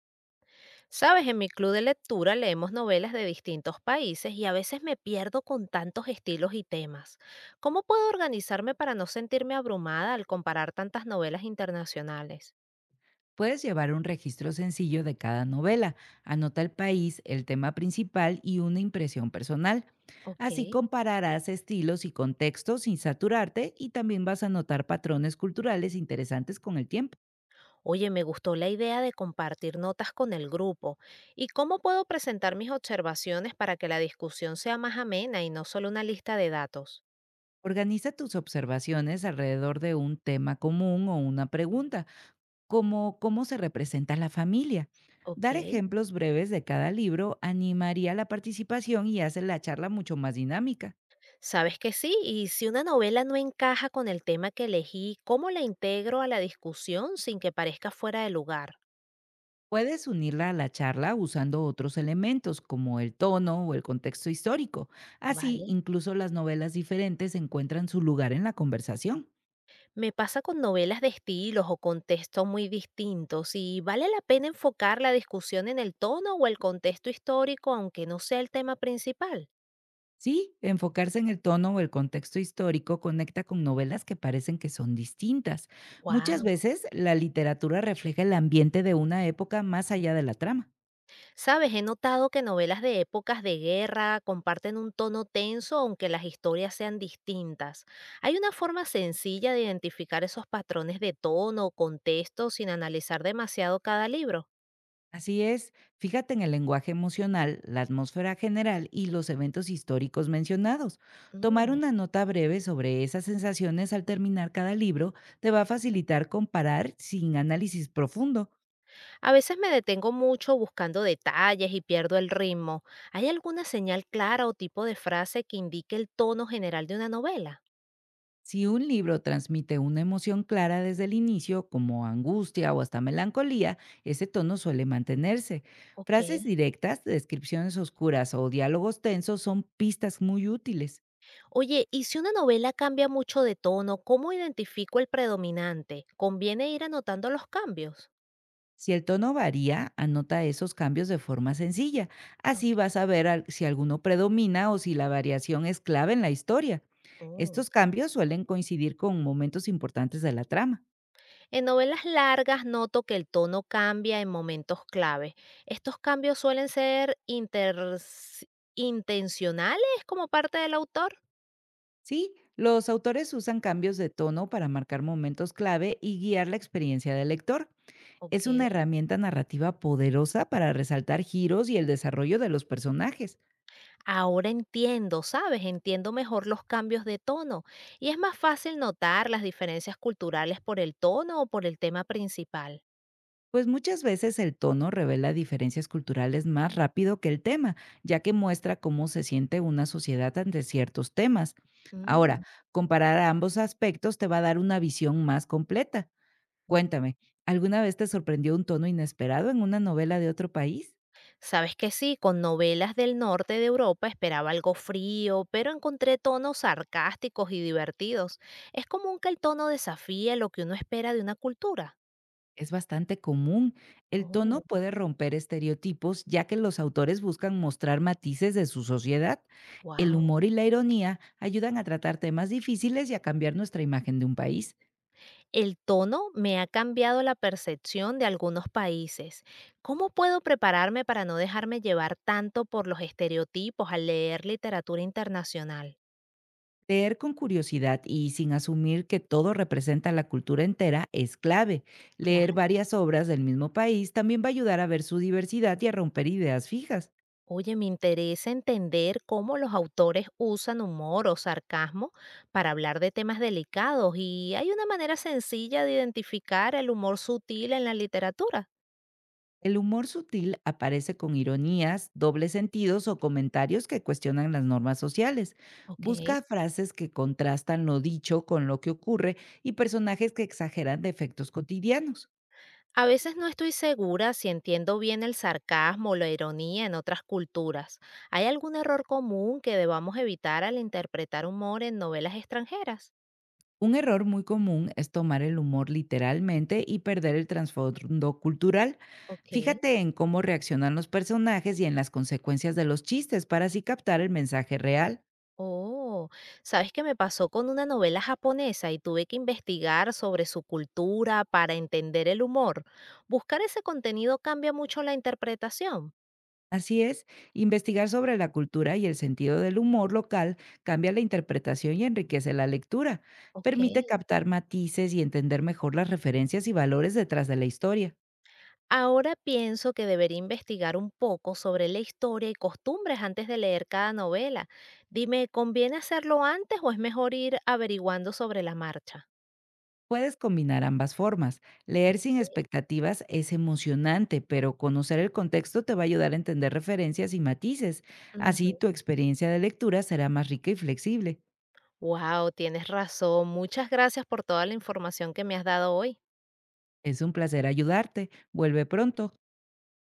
Sabes, en mi club de lectura leemos novelas de distintos países y a veces me pierdo con tantos estilos y temas. ¿Cómo puedo organizarme para no sentirme abrumada al comparar tantas novelas internacionales? Puedes llevar un registro sencillo de cada novela, anota el país, el tema principal y una impresión personal. Ok. Así compararás estilos y contextos sin saturarte y también vas a notar patrones culturales interesantes con el tiempo. Oye, me gustó la idea de compartir notas con el grupo. ¿Y cómo puedo presentar mis observaciones para que la discusión sea más amena y no solo una lista de datos? Organiza tus observaciones alrededor de un tema común o una pregunta, como cómo se representa la familia. Ok. Dar ejemplos breves de cada libro animaría la participación y hace la charla mucho más dinámica. Sabes que sí, y si una novela no encaja con el tema que elegí, ¿cómo la integro a la discusión sin que parezca fuera de lugar? Puedes unirla a la charla usando otros elementos como el tono o el contexto histórico. Así, ¿Vale? incluso las novelas diferentes encuentran su lugar en la conversación. Me pasa con novelas de estilos o contextos muy distintos y vale la pena enfocar la discusión en el tono o el contexto histórico aunque no sea el tema principal. Sí, enfocarse en el tono o el contexto histórico conecta con novelas que parecen que son distintas. Muchas ¡Wow! veces la literatura refleja el ambiente de una época más allá de la trama. Sabes, he notado que novelas de épocas de guerra comparten un tono tenso aunque las historias sean distintas. ¿Hay una forma sencilla de identificar esos patrones de tono o contexto sin analizar demasiado cada libro? Así es, fíjate en el lenguaje emocional, la atmósfera general y los eventos históricos mencionados. Tomar Mm. una nota breve sobre esas sensaciones al terminar cada libro te va a facilitar comparar sin análisis profundo. A veces me detengo mucho buscando detalles y pierdo el ritmo. ¿Hay alguna señal clara o tipo de frase que indique el tono general de una novela? Si un libro transmite una emoción clara desde el inicio, como angustia o hasta melancolía, ese tono suele mantenerse. Ok. Frases directas, descripciones oscuras o diálogos tensos son pistas muy útiles. Oye, ¿y si una novela cambia mucho de tono, cómo identifico el predominante? ¿Conviene ir anotando los cambios? Si el tono varía, anota esos cambios de forma sencilla. Así vas Ok. a ver si alguno predomina o si la variación es clave en la historia. Oh. Estos cambios suelen coincidir con momentos importantes de la trama. En novelas largas noto que el tono cambia en momentos clave. ¿Estos cambios suelen ser intencionales como parte del autor? Sí, los autores usan cambios de tono para marcar momentos clave y guiar la experiencia del lector. Ok. Es una herramienta narrativa poderosa para resaltar giros y el desarrollo de los personajes. Ahora entiendo, ¿sabes? Entiendo mejor los cambios de tono. Y es más fácil notar las diferencias culturales por el tono o por el tema principal. Pues muchas veces el tono revela diferencias culturales más rápido que el tema, ya que muestra cómo se siente una sociedad ante ciertos temas. Ahora, Mm. comparar ambos aspectos te va a dar una visión más completa. Mm. Cuéntame, ¿alguna vez te sorprendió un tono inesperado en una novela de otro país? Sabes que sí, con novelas del norte de Europa esperaba algo frío, pero encontré tonos sarcásticos y divertidos. Es común que el tono desafía lo que uno espera de una cultura. Es bastante común. El tono Oh, puede romper estereotipos, ya que los autores buscan mostrar matices de su sociedad. El wow. humor y la ironía ayudan a tratar temas difíciles y a cambiar nuestra imagen de un país. El tono me ha cambiado la percepción de algunos países. ¿Cómo puedo prepararme para no dejarme llevar tanto por los estereotipos al leer literatura internacional? Leer con curiosidad y sin asumir que todo representa la cultura entera es clave. Leer varias obras del mismo país también va a ayudar a ver su diversidad y a romper ideas fijas. Oye, me interesa entender cómo los autores usan humor o sarcasmo para hablar de temas delicados y hay una manera sencilla de identificar el humor sutil en la literatura. El humor sutil aparece con ironías, dobles sentidos o comentarios que cuestionan las normas sociales. Ok. Busca frases que contrastan lo dicho con lo que ocurre y personajes que exageran defectos cotidianos. A veces no estoy segura si entiendo bien el sarcasmo o la ironía en otras culturas. ¿Hay algún error común que debamos evitar al interpretar humor en novelas extranjeras? Un error muy común es tomar el humor literalmente y perder el trasfondo cultural. Ok. Fíjate en cómo reaccionan los personajes y en las consecuencias de los chistes para así captar el mensaje real. Oh, ¿sabes qué me pasó con una novela japonesa y tuve que investigar sobre su cultura para entender el humor? Buscar ese contenido cambia mucho la interpretación. Así es, investigar sobre la cultura y el sentido del humor local cambia la interpretación y enriquece la lectura. Ok. Permite captar matices y entender mejor las referencias y valores detrás de la historia. Ahora pienso que debería investigar un poco sobre la historia y costumbres antes de leer cada novela. Dime, ¿conviene hacerlo antes o es mejor ir averiguando sobre la marcha? Puedes combinar ambas formas. Ok. Leer sin expectativas es emocionante, pero conocer el contexto te va a ayudar a entender referencias y matices. Así tu experiencia de lectura será más rica y flexible. Wow, tienes razón. Muchas gracias por toda la información que me has dado hoy. Es un placer ayudarte. Vuelve pronto.